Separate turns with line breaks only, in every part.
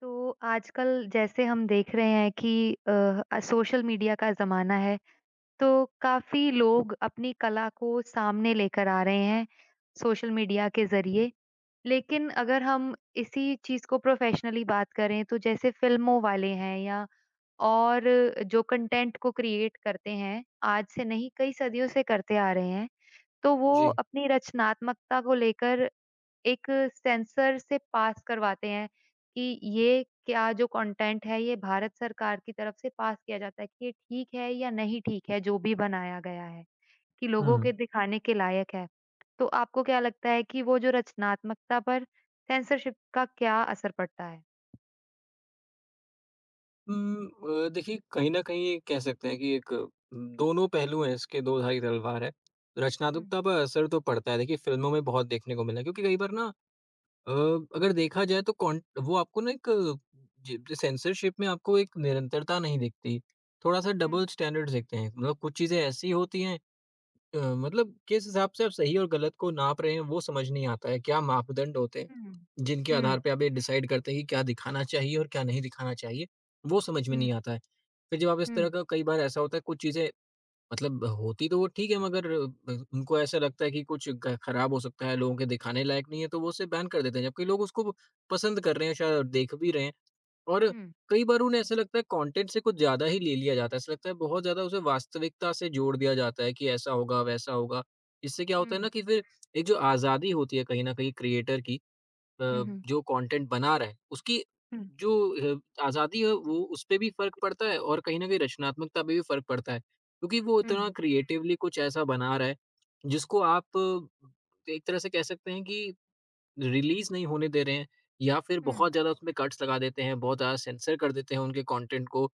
तो आजकल जैसे हम देख रहे हैं कि अ, सोशल मीडिया का ज़माना है, तो काफ़ी लोग अपनी कला को सामने लेकर आ रहे हैं सोशल मीडिया के ज़रिए। लेकिन अगर हम इसी चीज़ को प्रोफ़ेशनली बात करें, तो जैसे फ़िल्मों वाले हैं या और जो कंटेंट को क्रिएट करते हैं, आज से नहीं, कई सदियों से करते आ रहे हैं, तो वो
जी।
अपनी रचनात्मकता को लेकर एक सेंसर से पास करवाते हैं कि ये क्या जो कंटेंट है ये भारत सरकार की तरफ से पास किया जाता है कि ये ठीक है या नहीं ठीक है जो भी बनाया गया है, कि लोगों के
हुँ।
दिखाने के लायक है। तो आपको क्या लगता है कि वो जो रचनात्मकता पर सेंसरशिप का क्या असर पड़ता है?
उम, देखिए, कहीं न कहीं ये कह सकते हैं कि दोनों पहलू हैं इसके, दो धारी तलवार है।
हुँ,
रचनात्मकता पर असर तो पड़ता है। देखिए, फ़िल्मों में बहुत देखने को मिला है, क्योंकि कई बार ना अ, अगर देखा जाए तो कॉन वो आपको ना एक ज सेंसरशिप में आपको एक निरंतरता नहीं दिखती, थोड़ा-सा
हुँ,
डबल स्टैंडर्ड्स दिखते हैं। मतलब कुछ चीज़ें ऐसी होती हैं। मतलब किस हिसाब से आप सही और गलत को नाप रहे हैं वो समझ नहीं आता है। क्या मापदंड होते हैं
हुँ।
जिनके
हुँ।
आधार पे आप ये डिसाइड करते हैं कि क्या दिखाना चाहिए और क्या नहीं दिखाना चाहिए, वो समझ में
हुँ,
नहीं आता है। फिर जब आप इस तरह
हुँ,
का, कई बार ऐसा होता है, कुछ चीज़ें मतलब होती तो वो ठीक है, मगर उनको ऐसा लगता है कि कुछ ख खराब हो सकता है, लोगों के दिखाने लायक नहीं है, तो वो उसे बैन कर देते हैं, जबकि लोग उसको पसंद कर रहे हैं, शायद देख भी रहे हैं। और
हुँ,
कई बार उन्हें ऐसा लगता है कंटेंट से कुछ ज़्यादा ही ले लिया जाता है, ऐसा लगता है बहुत ज़्यादा उसे वास्तविकता से जोड़ दिया जाता है कि ऐसा होगा, वैसा होगा। इससे क्या होता है ना
हुँ,
कि फिर एक जो आज़ादी होती है कहीं न कहीं क्रिएटर की, अ,
हुँ, हुँ।
जो कंटेंट बना रहा है, उसकी जो अ, आज़ादी है वो उसपे भी फ़र्क पड़ता है और कहीं न कहीं रचनात्मकता पे भी फ़र्क पड़ता है। क्योंकि वो
हुँ,
इतना
हुँ,
क्रिएटिवली कुछ ऐसा बना रहा है, जिसको आप एक तरह से कह सकते हैं कि रिलीज़ नहीं होने दे रहे हैं, या फिर
हुँ,
बहुत ज़्यादा उसमें कट्स लगा देते हैं, बहुत ज़्यादा सेंसर कर देते हैं उनके कंटेंट को,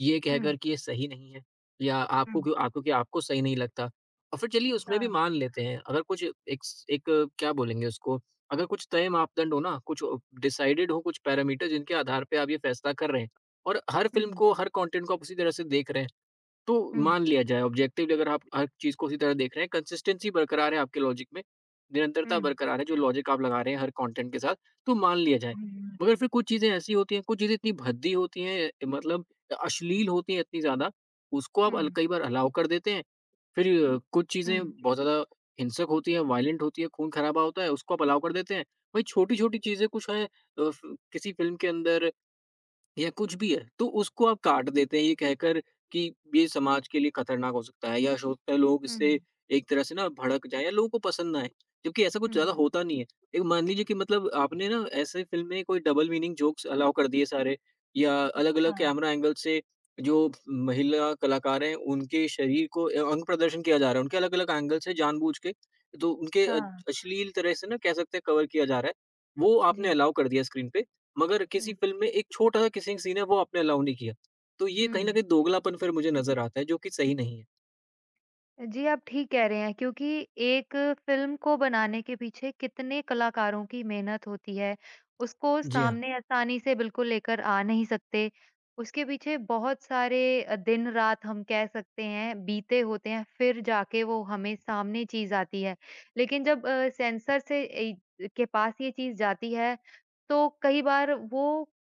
ये
हुँ।
कहकर कि ये सही नहीं है, या
हुँ,
आपको क्यों, आपको क्या, आपको सही नहीं लगता। और फिर चलिए उसमें भी
हाँ।
मान लेते हैं, अगर कुछ एक स एक अ, क्या बोलेंगे उसको, अगर कुछ तय मापदंड हो ना, कुछ डिसाइडेड हो, कुछ पैरामीटर जिनके आधार पे आप ये फैसला कर रहे हैं, और हर
हुँ,
फ़िल्म
हुँ।
को, हर कंटेंट को आप उसी तरह से देख रहे हैं। तो
हुँ,
मान लिया जाए, ऑब्जेक्टिवली अगर आप हर चीज़ को उसी तरह देख रहे हैं, कंसिस्टेंसी बरकरार है आपके लॉजिक में, निरंतरता बरकरार है जो लॉजिक आप लगा रहे हैं हर कंटेंट के साथ, तो मान लिया जाए।
हुँ,
मगर फिर कुछ चीज़ें ऐसी होती हैं, कुछ चीज़ें इतनी भद्दी होती हैं, मतलब अश्लील होती हैं इतनी ज़्यादा, उसको आप अल
हुँ,
कई बार अलाउ कर देते हैं। फिर कुछ
हुँ,
चीज़ें बहुत ज़्यादा हिंसक होती हैं, वायलेंट होती हैं, खून-खराबा होता है, उसको आप अलाउ कर देते हैं। वही छोटी-छोटी चीज़ें कुछ हैं फ़ किसी फ़िल्म के अंदर या कुछ भी है, तो उसको आप काट देते हैं, ये कहकर कि ये समाज के लिए खतरनाक हो सकता है, या हो सकता है लोग
हुँ।
इससे एक तरह से ना भड़क जाएँ, या लोगों को पसंद ना आए, जबकि ऐसा कुछ
हुँ,
ज़्यादा
हुँ,
होता नहीं है। एक मान लीजिए कि, मतलब आपने ना ऐसे फ़िल्म में कोई डबल मीनिंग जोक्स अलाउ कर दिए सारे, या
हुँ।
अलग-अलग
हाँ,
कैमरा एंगल से जो महिला कलाकार हैं, उनके शरीर को, अंग प्रदर्शन किया जा रहा है, उनके अलग-अलग एंगल से जानबूझ के, तो उनके
हाँ,
अश्लील तरह से ना कह सकते हैं कवर किया जा रहा है, वो आपने
जी।
अलाउ कर दिया स्क्रीन पे। मगर किसी
हुँ,
फ़िल्म में एक छोटा-सा किसिंग सीन है, वो आपने अलाउ नहीं किया। तो ये कहीं
हुँ।
न कहीं दोगलापन फिर मुझे नज़र आता है, जो कि सही नहीं है।
जी, आप ठीक कह रहे हैं क्योंकि एक फ़िल्म को बनाने के पीछे कितने कलाकारों की मेहनत होती है, उसको
जी हाँ।
सामने आसानी से बिल्कुल लेकर आ नहीं सकते। उसके पीछे बहुत सारे दिन-रात हम कह सकते हैं बीते होते हैं, फिर जाके वो हमें सामने चीज़ आती है। लेकिन जब सेंसर से ए के पास ये चीज़ जाती है, तो कई बार वो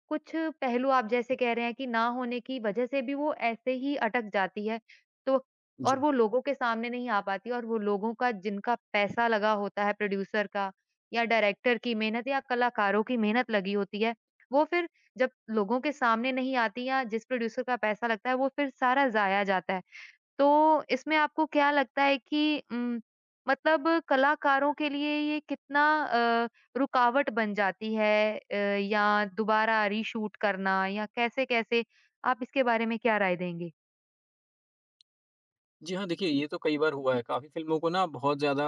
कुछ पहलू आप जैसे कह रहे हैं कि ना होने की वजह से भी वो ऐसे ही अटक जाती है। तो
जी।
और वो लोगों के सामने नहीं आ पाती और वो लोगों का जिनका पैसा लगा होता है प्रोड्यूसर का या डायरेक्टर की मेहनत या कलाकारों की मेहनत लगी होती है, वो फिर जब लोगों के सामने नहीं आती या जिस प्रोड्यूसर का पैसा लगता है वो फिर सारा ज़ाया जाता है। तो इसमें आपको क्या लगता है कि मतलब कलाकारों के लिए ये कितना अ, रुकावट बन जाती है या दोबारा रीशूट करना या कैसे-कैसे? आप इसके बारे में क्या राय देंगे?
जी हाँ, देखिए ये तो कई बार हुआ है। काफ़ी फ़िल्मों को ना बहुत ज़्यादा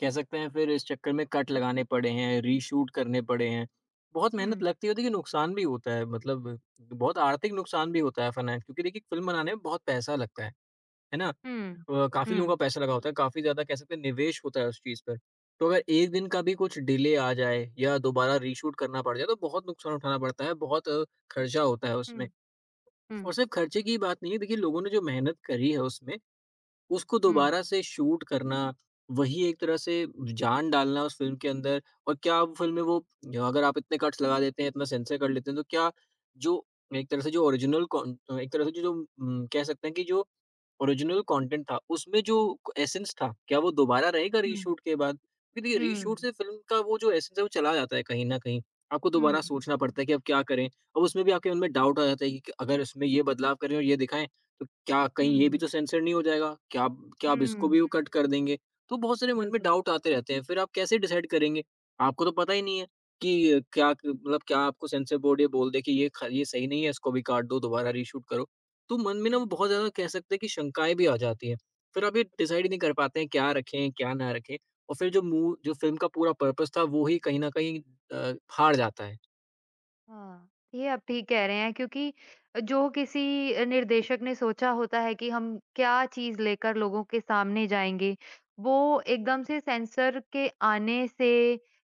कह सकते हैं फिर इस चक्कर में कट लगाने पड़े हैं, रीशूट करने पड़े हैं। बहुत मेहनत
हुँ,
लगती है, देखिए नुकसान भी होता है, मतलब बहुत आर्थिक नुकसान भी होता है, फाइनें, क्योंकि देखिए फ़िल्म बनाने में बहुत पैसा लगता है ना?
हुँ,
काफ़ी
हुँ।
लोगों का पैसा लगा होता है, काफ़ी ज़्यादा कह सकते हैं निवेश होता है उस चीज़ पर। तो अगर 1 दिन का भी कुछ डिले आ जाए, या दोबारा रीशूट करना पड़ जाए, तो बहुत नुकसान उठाना पड़ता है, बहुत खर्चा होता है उसमें।
हुँ, हुँ,
और सिर्फ़ खर्चे की ही बात नहीं है, देखिए लोगों ने जो मेहनत करी है उसमें, उसको
हुँ,
दोबारा से शूट करना, वही एक तरह से जान डालना उस फ़िल्म के अंदर, और क्या वो फ़िल्म में वो, अगर आप इतने कट्स लगा देते हैं, इतना सेंसर कर लेते हैं, तो क्या जो एक तरह से जो ओरिजिनल एक तरह से जो कह सकते हैं कि जो ओरिजिनल कंटेंट था, उसमें जो एसेंस था, क्या वो दोबारा रहेगा
हुँ,
रीशूट के बाद? क्योंकि देखिए
हुँ,
रीशूट से फ़िल्म का वो जो एसेंस है, वो चला जाता है कहीं न कहीं। आपको दोबारा
हुँ,
सोचना पड़ता है कि अब क्या करें? अब उसमें भी आपके मन में डाउट आ जाता है कि अगर इसमें ये बदलाव करें और ये दिखाएँ, तो क्या कहीं ये भी
हुँ,
तो सेंसर नहीं हो जाएगा? क्या अब इसको
हुँ,
भी वो कट कर देंगे? तो बहुत सारे मन में
बिल्कुल,
डाउट आते रहते हैं, फिर आप कैसे डिसाइड करेंगे? आपको तो पता ही नहीं है कि क्या क मतलब, क्या आपको सेंसर बोर्ड ये बोल दे कि ये सही नहीं है, इसको भी काट दो, दोबारा रीशूट करो। तो मन में ना
हुँ।
वो बहुत ज़्यादा कह सकते हैं कि शंकाएँ भी आ जाती हैं। फिर आप ये डिसाइड ही नहीं कर पाते हैं क्या रखें, क्या ना रखें, और फिर जो फ़िल्म का पूरा पर्पस था वो ही कहीं न कहीं हार जाता है।
हाँ, ये आप ठीक कह रहे हैं क्योंकि जो किसी निर्देशक ने सोचा होता है कि हम क्या चीज़ लेकर लोगों के सामने जाएँगे, वो एकदम से सेंसर के आने से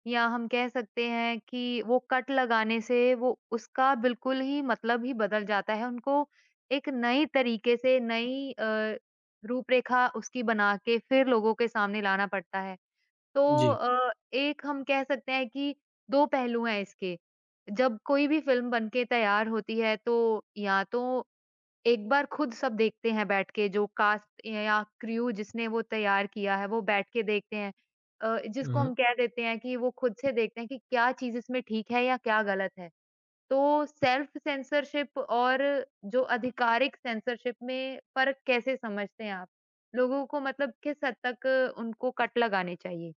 या हम कह सकते हैं कि वो कट लगाने से वो उसका बिल्कुल ही मतलब ही बदल जाता है। उनको एक नई तरीके से नई रूपरेखा उसकी बना के फिर लोगों के सामने लाना पड़ता है। तो
जी।
एक हम कह सकते हैं कि 2 पहलू हैं इसके। जब कोई भी फ़िल्म बन के तैयार होती है तो या तो एक बार खुद सब देखते हैं बैठ के जो कास्ट या क्रू जिसने वो तैयार किया है वो बैठ के देखते हैं। जिसको हम कह देते हैं कि वो खुद से देखते हैं कि क्या चीज़ इसमें ठीक है या क्या गलत है। तो सेल्फ़ सेंसरशिप और जो आधिकारिक सेंसरशिप में फ़र्क कैसे समझते हैं आप? लोगों को मतलब किस हद तक उनको कट लगाने चाहिए?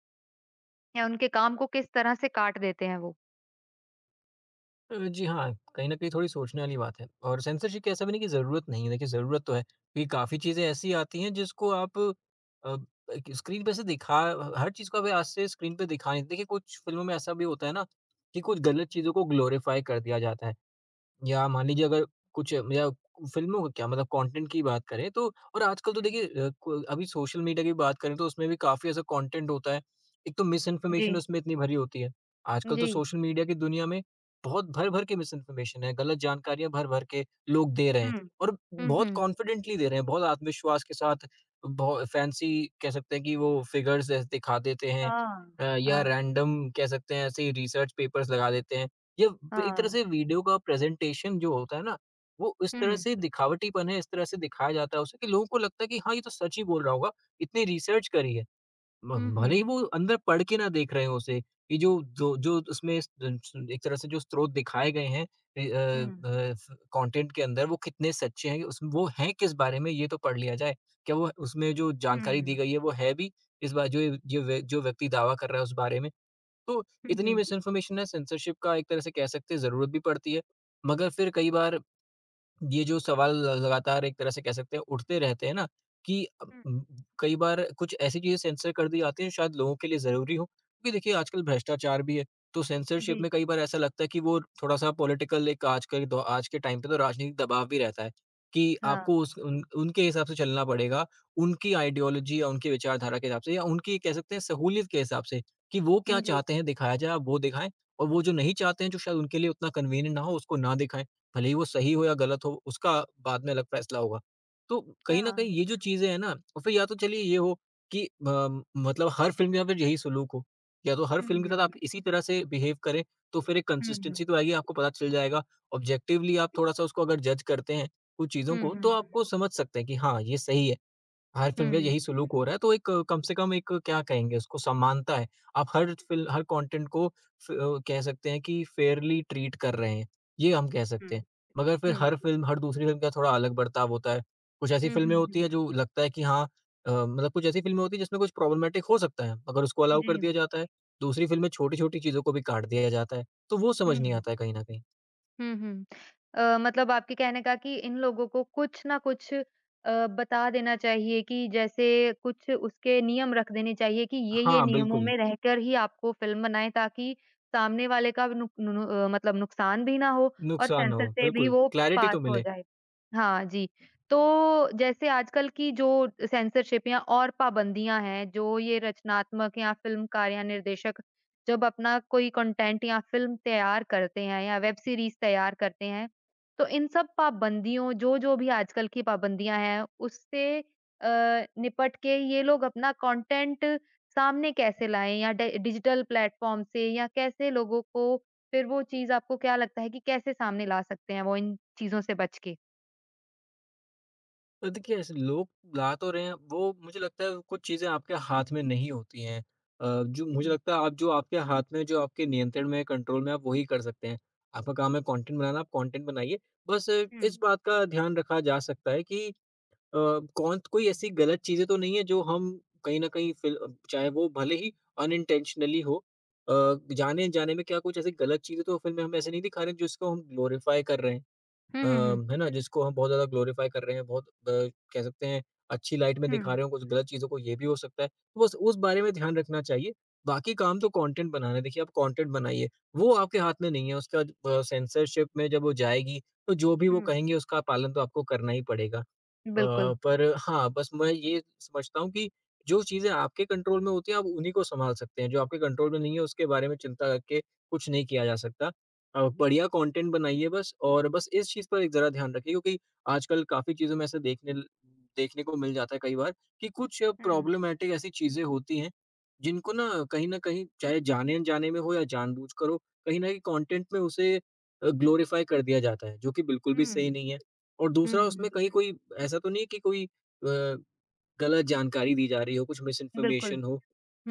या उनके काम को किस तरह से काट देते हैं वो।
जी हाँ, कहीं न कहीं थोड़ी सोचने वाली बात है, और सेंसरशिप की ऐसा भी नहीं कि ज़रूरत नहीं है, देखिए ज़रूरत तो है, क्योंकि काफ़ी चीज़ें ऐसी आती हैं जिसको आप अ, एक स्क्रीन पे से दिखा, हर चीज़ को आप आज से स्क्रीन पे दिखा नहीं, देखिए कुछ फ़िल्मों में ऐसा भी होता है ना, कि कुछ गलत चीज़ों को ग्लोरीफ़ाई कर दिया जाता है। या मान लीजिए, अगर कुछ, या फ़िल्मों का क्या, मतलब कंटेंट की बात करें तो, और आजकल तो
हुँ,
देखिए अ, क अभी सोशल मीडिया की बात करें तो उसमें भी काफ़ी ऐसा कंटेंट होता है। एक तो
जी।
मिसइन्फॉर्मेशन उसमें इतनी भरी होती है। आजकल तो
जी।
सोशल मीडिया की दुनिया में बहुत भर-भर के मिसइन्फॉर्मेशन है, गलत जानकारियाँ भर-भर के लोग दे रहे हैं,
हुँ।
और
हुँ,
बहुत
हुँ।
कॉन्फिडेंटली दे रहे हैं, बहुत आत्मविश्वास के साथ, बहु फैंसी कह सकते हैं कि वो फ़िगर्स ऐसे दिखा देते हैं,
हाँ।
या
हाँ,
रैंडम कह सकते हैं ऐसे ही रिसर्च पेपर्स लगा देते हैं। ये एक तरह
हाँ।
से वीडियो का प्रेजेंटेशन जो होता है ना, वो इस
हुँ,
तरह
हुँ,
से दिखावटीपन है, इस तरह से दिखाया जाता है उसे कि लोगों को लगता है कि हाँ, ये तो सच ही बोल रहा होगा, इतनी रिसर्च करी है। म
हुँ,
भले ही
हुँ।
वो अंदर पढ़ के ना देख रहे हों उसे, ये जो जो जो उसमें स स एक तरह से जो स्रोत दिखाए गए हैं, ए अ
हुँ।
अ, फ कंटेंट के अंदर वो कितने सच्चे हैं, उस वो हैं किस बारे में, ये तो पढ़ लिया जाए। क्या वो उसमें जो जानकारी दी गई है, वो है भी इस बार जो ये जो व्यक्ति दावा कर रहा है उस बारे में? तो
हुँ,
इतनी
हुँ।
मिस इन्फॉर्मेशन है, सेंसरशिप का एक तरह से कह सकते हैं ज़रूरत भी पड़ती है। मगर फिर कई बार ये जो सवाल ल लगातार एक तरह से कह सकते हैं उठते रहते हैं ना, कि
हुँ,
कई बार कुछ ऐसी चीज़ें सेंसर कर दी जाती हैं जो शायद लोगों के लिए ज़रूरी हो, क्योंकि देखिए आजकल भ्रष्टाचार भी है, तो सेंसरशिप
जी।
में कई बार ऐसा लगता है कि वो थोड़ा-सा पॉलिटिकल, एक आज के टाइम पे तो राजनीतिक दबाव भी रहता है कि
हाँ,
आपको उस उन उनके हिसाब से चलना पड़ेगा, उनकी आइडियोलॉजी या उनकी विचारधारा के हिसाब से, या उनकी कह सकते हैं सहूलियत के हिसाब से, कि वो
हुँ,
क्या
जी।
चाहते हैं दिखाया जाए, आप वो दिखाएँ, और वो जो नहीं चाहते हैं, जो शायद उनके लिए उतना कन्वीनिएंट ना हो, उसको ना दिखाएँ। भले ही वो सही हो या गलत हो, उसका बाद में अलग फैसला होगा। तो कहीं न कहीं
हाँ।
ये जो चीज़ें हैं ना, और फिर या तो चलिए ये हो कि मतलब हर फ़िल्म के साथ फिर यही सुलूक हो, या तो हर
हुँ,
फ़िल्म के
हुँ,
साथ
हुँ,
आप इसी तरह से बिहेव करें, तो फिर एक
हुँ।
कंसिस्टेंसी तो आएगी, आपको पता चल जाएगा। ऑब्जेक्टिवली आप थोड़ा-सा उसको अगर जज करते हैं, कुछ चीज़ों
हुँ,
को,
हुँ,
तो आपको
हुँ।
समझ सकते हैं कि हाँ, ये सही है। हर
हुँ,
फ़िल्म का
हुँ।
यही सुलूक हो रहा है, तो एक कम से कम एक क्या कहेंगे उसको, समानता है। आप हर कंटेंट को कह सकते हैं कि फेयरली ट्रीट कर रहे हैं, ये हम कह
हुँ,
सकते हैं। मगर फिर हर फ़िल्म हर दूसरी फ़िल्म का थोड़ा अलग बर्ताव होता है। कुछ ऐसी
हुँ, हुँ,
फ़िल्में
हुँ,
होती
हुँ।
हैं जो लगता है कि हाँ मतलब कुछ ऐसी फ़िल्में होती हैं जिसमें कुछ प्रॉब्लमैटिक हो सकता है, मगर उसको अलाउ कर
जी,
दिया जाता है। दूसरी फ़िल्म में छोटी-छोटी चीज़ों को भी काट दिया जाता है, तो वो समझ नहीं
हुँ।
आता है कहीं न कहीं।
हुँ, हुँ। मतलब आपके कहने का कि इन लोगों को कुछ ना कुछ बता देना चाहिए कि जैसे कुछ उसके नियम रख देने चाहिए कि ये-ये
हाँ,
नियमों
बिल्कुल।
में रहकर ही आपको फ़िल्म बनाएँ ताकि सामने वाले का नुक नु नु- अ, मतलब नुकसान भी ना हो और
नुकसान ना
सेंसर
हो,
से भी
बिल्कुल,
वो
क्लैरिटी
पास
तो
हो
मिले।
जाए। हाँ जी, तो जैसे आजकल की जो सेंसरशिप या और पाबंदियाँ हैं, जो ये रचनात्मक या फ़िल्मकार या निर्देशक जब अपना कोई कंटेंट या फ़िल्म तैयार करते हैं या वेब सीरीज़ तैयार करते हैं, तो इन सब पाबंदियों जो-जो भी आजकल की पाबंदियाँ हैं, उससे अ, निपट के ये लोग अपना कंटेंट सामने कैसे लाएँ या डि डिजिटल प्लेटफ़ॉर्म से या कैसे लोगों को फिर वो चीज़ आपको क्या लगता है कि कैसे सामने ला सकते हैं वो इन चीज़ों से बच के?
तो देखिए, ऐसे लोग ला तो रहे हैं, वो मुझे लगता है कुछ चीज़ें आपके हाथ में नहीं होती हैं। जो मुझे
हुँ,
लगता है आप जो आपके हाथ में, जो आपके नियंत्रण में है, कंट्रोल में, आप वही कर सकते हैं। आपका काम है कंटेंट बनाना, आप कंटेंट बनाइए। बस
हुँ।
इस बात का ध्यान रखा जा सकता है कि अ, कौन कोई ऐसी गलत चीज़ें तो नहीं है जो हम कहीं न कहीं फ़िल चाहे वो भले ही अनइंटेंशनली हो, अ, जाने-अनजाने में, क्या कुछ ऐसी गलत चीज़ें तो फ़िल्म में हम ऐसे नहीं दिखा रहे हैं जिसको हम ग्लोरीफाई कर रहे हैं।
हुँ,
अ,
हुँ, हुँ।
है ना? जिसको हम बहुत ज़्यादा ग्लोरीफ़ाई कर रहे हैं, बहुत, कह सकते हैं अच्छी लाइट में
हुँ,
दिखा रहे हो कुछ गलत चीज़ों को, ये भी हो सकता है। तो बस उस बारे में ध्यान रखना चाहिए। बाकी काम तो कंटेंट बनाना है। देखिए, आप कंटेंट बनाइए, वो आपके हाथ में नहीं है। उसका सेंसरशिप में जब वो जाएगी, तो जो भी वो
हुँ।
कहेंगे उसका पालन तो आपको करना ही पड़ेगा।
बिल्कुल।
पर हाँ, बस मैं ये समझता हूँ कि जो चीज़ें आपके कंट्रोल में होती हैं, आप उन्हीं को सँभाल सकते हैं। जो आपके कंट्रोल में नहीं है, उसके बारे में चिंता करके कुछ नहीं किया जा सकता। बढ़िया कंटेंट बनाइए बस, और बस इस चीज़ पर एक ज़रा ध्यान रखिए, क्योंकि आजकल काफ़ी चीज़ों में ऐसे देखने ल देखने को मिल जाता है कई बार कि कुछ
हुँ,
प्रॉब्लमैटिक ऐसी चीज़ें होती हैं, जिनको ना, कहीं न कहीं, चाहे जाने-अनजाने में हो या जानबूझकर हो, कहीं न कहीं कंटेंट में उसे ग्लोरीफ़ाई कर दिया जाता है, जो कि बिल्कुल भी सही
हुँ।
नहीं है। और
हुँ, हुँ,
दूसरा,
हुँ।
उसमें कहीं कोई ऐसा तो नहीं है कि कोई गलत जानकारी दी जा रही हो, कुछ
बिल्कुल।
मिसइन्फॉर्मेशन हो,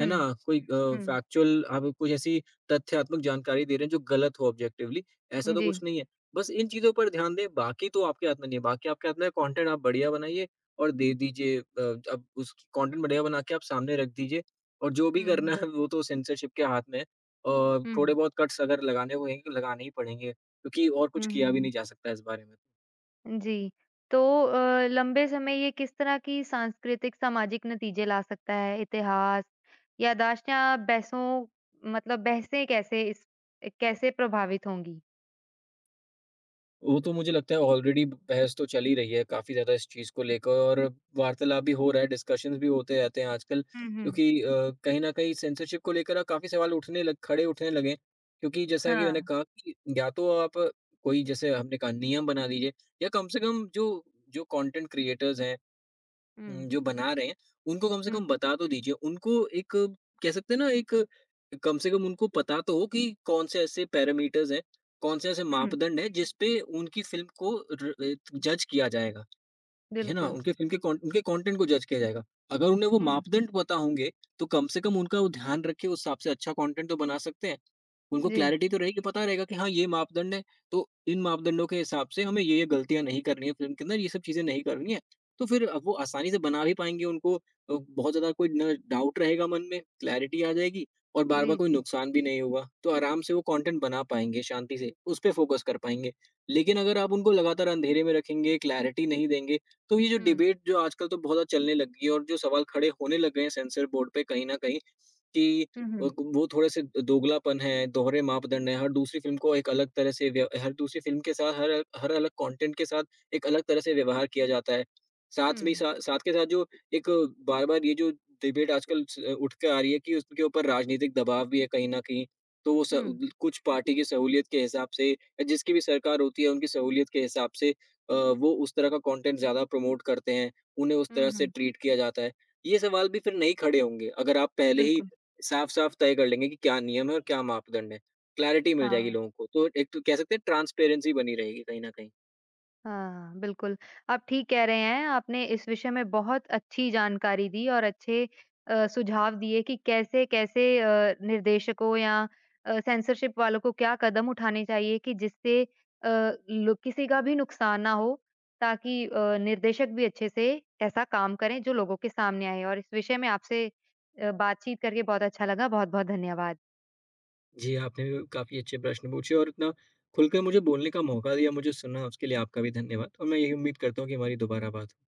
है ना? कोई
हुँ।
फैक्चुअल आप कुछ ऐसी तथ्यात्मक जानकारी दे रहे हैं जो गलत हो ऑब्जेक्टिवली, ऐसा तो
जी।
कुछ नहीं है। बस इन चीज़ों पर ध्यान दें, बाकी तो आपके हाथ में नहीं है, बाकी आपके हाथ में है कंटेंट, आप बढ़िया बनाइए और दे दीजिए। अब उस कंटेंट बढ़िया बना के आप सामने रख दीजिए, और जो भी
हुँ,
करना
हुँ।
है वो तो सेंसरशिप के हाथ में है, और
हुँ,
थोड़े बहुत कट्स अगर लगाने होंगे लगाने ही पड़ेंगे, क्योंकि और
हुँ,
कुछ
हुँ,
किया भी
हुँ।
नहीं जा सकता इस बारे में। तो।
जी, तो लंबे समय ये किस तरह की सांस्कृतिक, सामाजिक नतीजे ला सकता है? इतिहास, याददाश्त या बहसों मतलब बहसें कैसे इस कैसे प्रभावित होंगी?
वो तो मुझे लगता है ऑलरेडी बहस तो चल ही रही है काफ़ी ज़्यादा इस चीज़ को लेकर, और वार्तालाप भी हो रहा है, डिस्कशंस भी होते रहते हैं आजकल,
हुँ, हुँ।
क्योंकि कहीं न कहीं सेंसरशिप को लेकर अब काफ़ी सवाल उठने लग खड़े उठने लगे हैं। क्योंकि जैसा कि मैंने
हाँ।
कहा कि या तो आप कोई, जैसे हमने कहा, नियम बना दीजिए, या कम से कम जो जो कंटेंट क्रिएटर्स हैं,
हुँ,
जो बना रहे हैं, उनको कम से
हुँ,
कम बता तो दीजिए। उनको एक, कह सकते हैं ना, एक, कम से कम उनको पता तो हो कि कौन से ऐसे पैरामीटर्स हैं, कौन से ऐसे
हुँ।
मापदंड हैं जिस पे उनकी फ़िल्म को जज किया जाएगा। है ना?
बिल्कुल।
उनके फ़िल्म के कॉन उनके कंटेंट को जज किया जाएगा। अगर उन्हें वो
हुँ।
मापदंड पता होंगे, तो कम से कम उनका वो ध्यान रख के उस हिसाब से अच्छा कंटेंट तो बना सकते हैं। उनको
जी,
क्लैरिटी तो रहेगी, पता रहेगा कि हाँ, ये मापदंड है, तो इन मापदंडों के हिसाब से हमें ये-ये गलतियाँ नहीं करनी है फ़िल्म के अंदर, ये सब चीज़ें नहीं करनी है। तो फिर अब वो आसानी से बना भी पाएँगे, उनको बहुत ज़्यादा कोई न डाउट रहेगा मन में, क्लैरिटी आ जाएगी और
जी,
बार-बार कोई
जी।
नुकसान भी नहीं होगा। तो आराम से वो कंटेंट बना पाएँगे शांति से, उस पे फ़ोकस कर पाएँगे। लेकिन अगर आप उनको लगातार अंधेरे में रखेंगे, क्लैरिटी नहीं देंगे, तो ये जो
हुँ,
डिबेट जो आजकल तो बहुत ज़्यादा चलने लग गई है और जो सवाल खड़े होने लग गए हैं सेंसर बोर्ड पे कहीं न कहीं कि
हुँ, हुँ।
वो थोड़े-से दोगलापन है, दोहरे मापदंड है, हर दूसरी फ़िल्म को एक अलग तरह से व्य हर दूसरी फ़िल्म के साथ, हर अलग कंटेंट के साथ एक अलग तरह से व्यवहार किया जाता है। साथ में ही
हुँ,
सा साथ के साथ, जो एक, बार-बार ये जो डिबेट आजकल स उठ के आ रही है कि उसके ऊपर राजनीतिक दबाव भी है कहीं न कहीं। तो वो स
हुँ,
कुछ पार्टी की सहूलियत के हिसाब से, या जिसकी भी सरकार होती है उनकी सहूलियत के हिसाब से वो उस तरह का कंटेंट ज़्यादा प्रमोट करते हैं, उन्हें उस
हुँ,
तरह से
हुँ।
ट्रीट किया जाता है। ये सवाल भी फिर नहीं खड़े होंगे, अगर आप पहले ही
बिल्कुल,
साफ-साफ तय कर लेंगे कि क्या नियम है और क्या मापदंड है। क्लैरिटी मिल जाएगी
हाँ।
लोगों को, तो एक तो कह सकते हैं ट्रांसपेरेंसी बनी रहेगी कहीं न कहीं।
हाँ, बिल्कुल। आप ठीक कह रहे हैं, आपने इस विषय में बहुत अच्छी जानकारी दी और अच्छे सुझाव दिए कि कैसे-कैसे निर्देशकों या सेंसरशिप वालों को क्या कदम उठाने चाहिए कि जिससे अ, लो किसी का भी नुकसान ना हो, ताकि निर्देशक भी अच्छे से ऐसा काम करें जो लोगों के सामने आए और इस विषय में आपसे बातचीत करके बहुत अच्छा लगा। बहुत-बहुत धन्यवाद।
जी, आपने भी काफ़ी अच्छे प्रश्न पूछे और इतना खुलकर मुझे बोलने का मौका दिया, मुझे सुना, उसके लिए आपका भी धन्यवाद, और मैं यही उम्मीद करता हूँ कि हमारी दोबारा बात हो।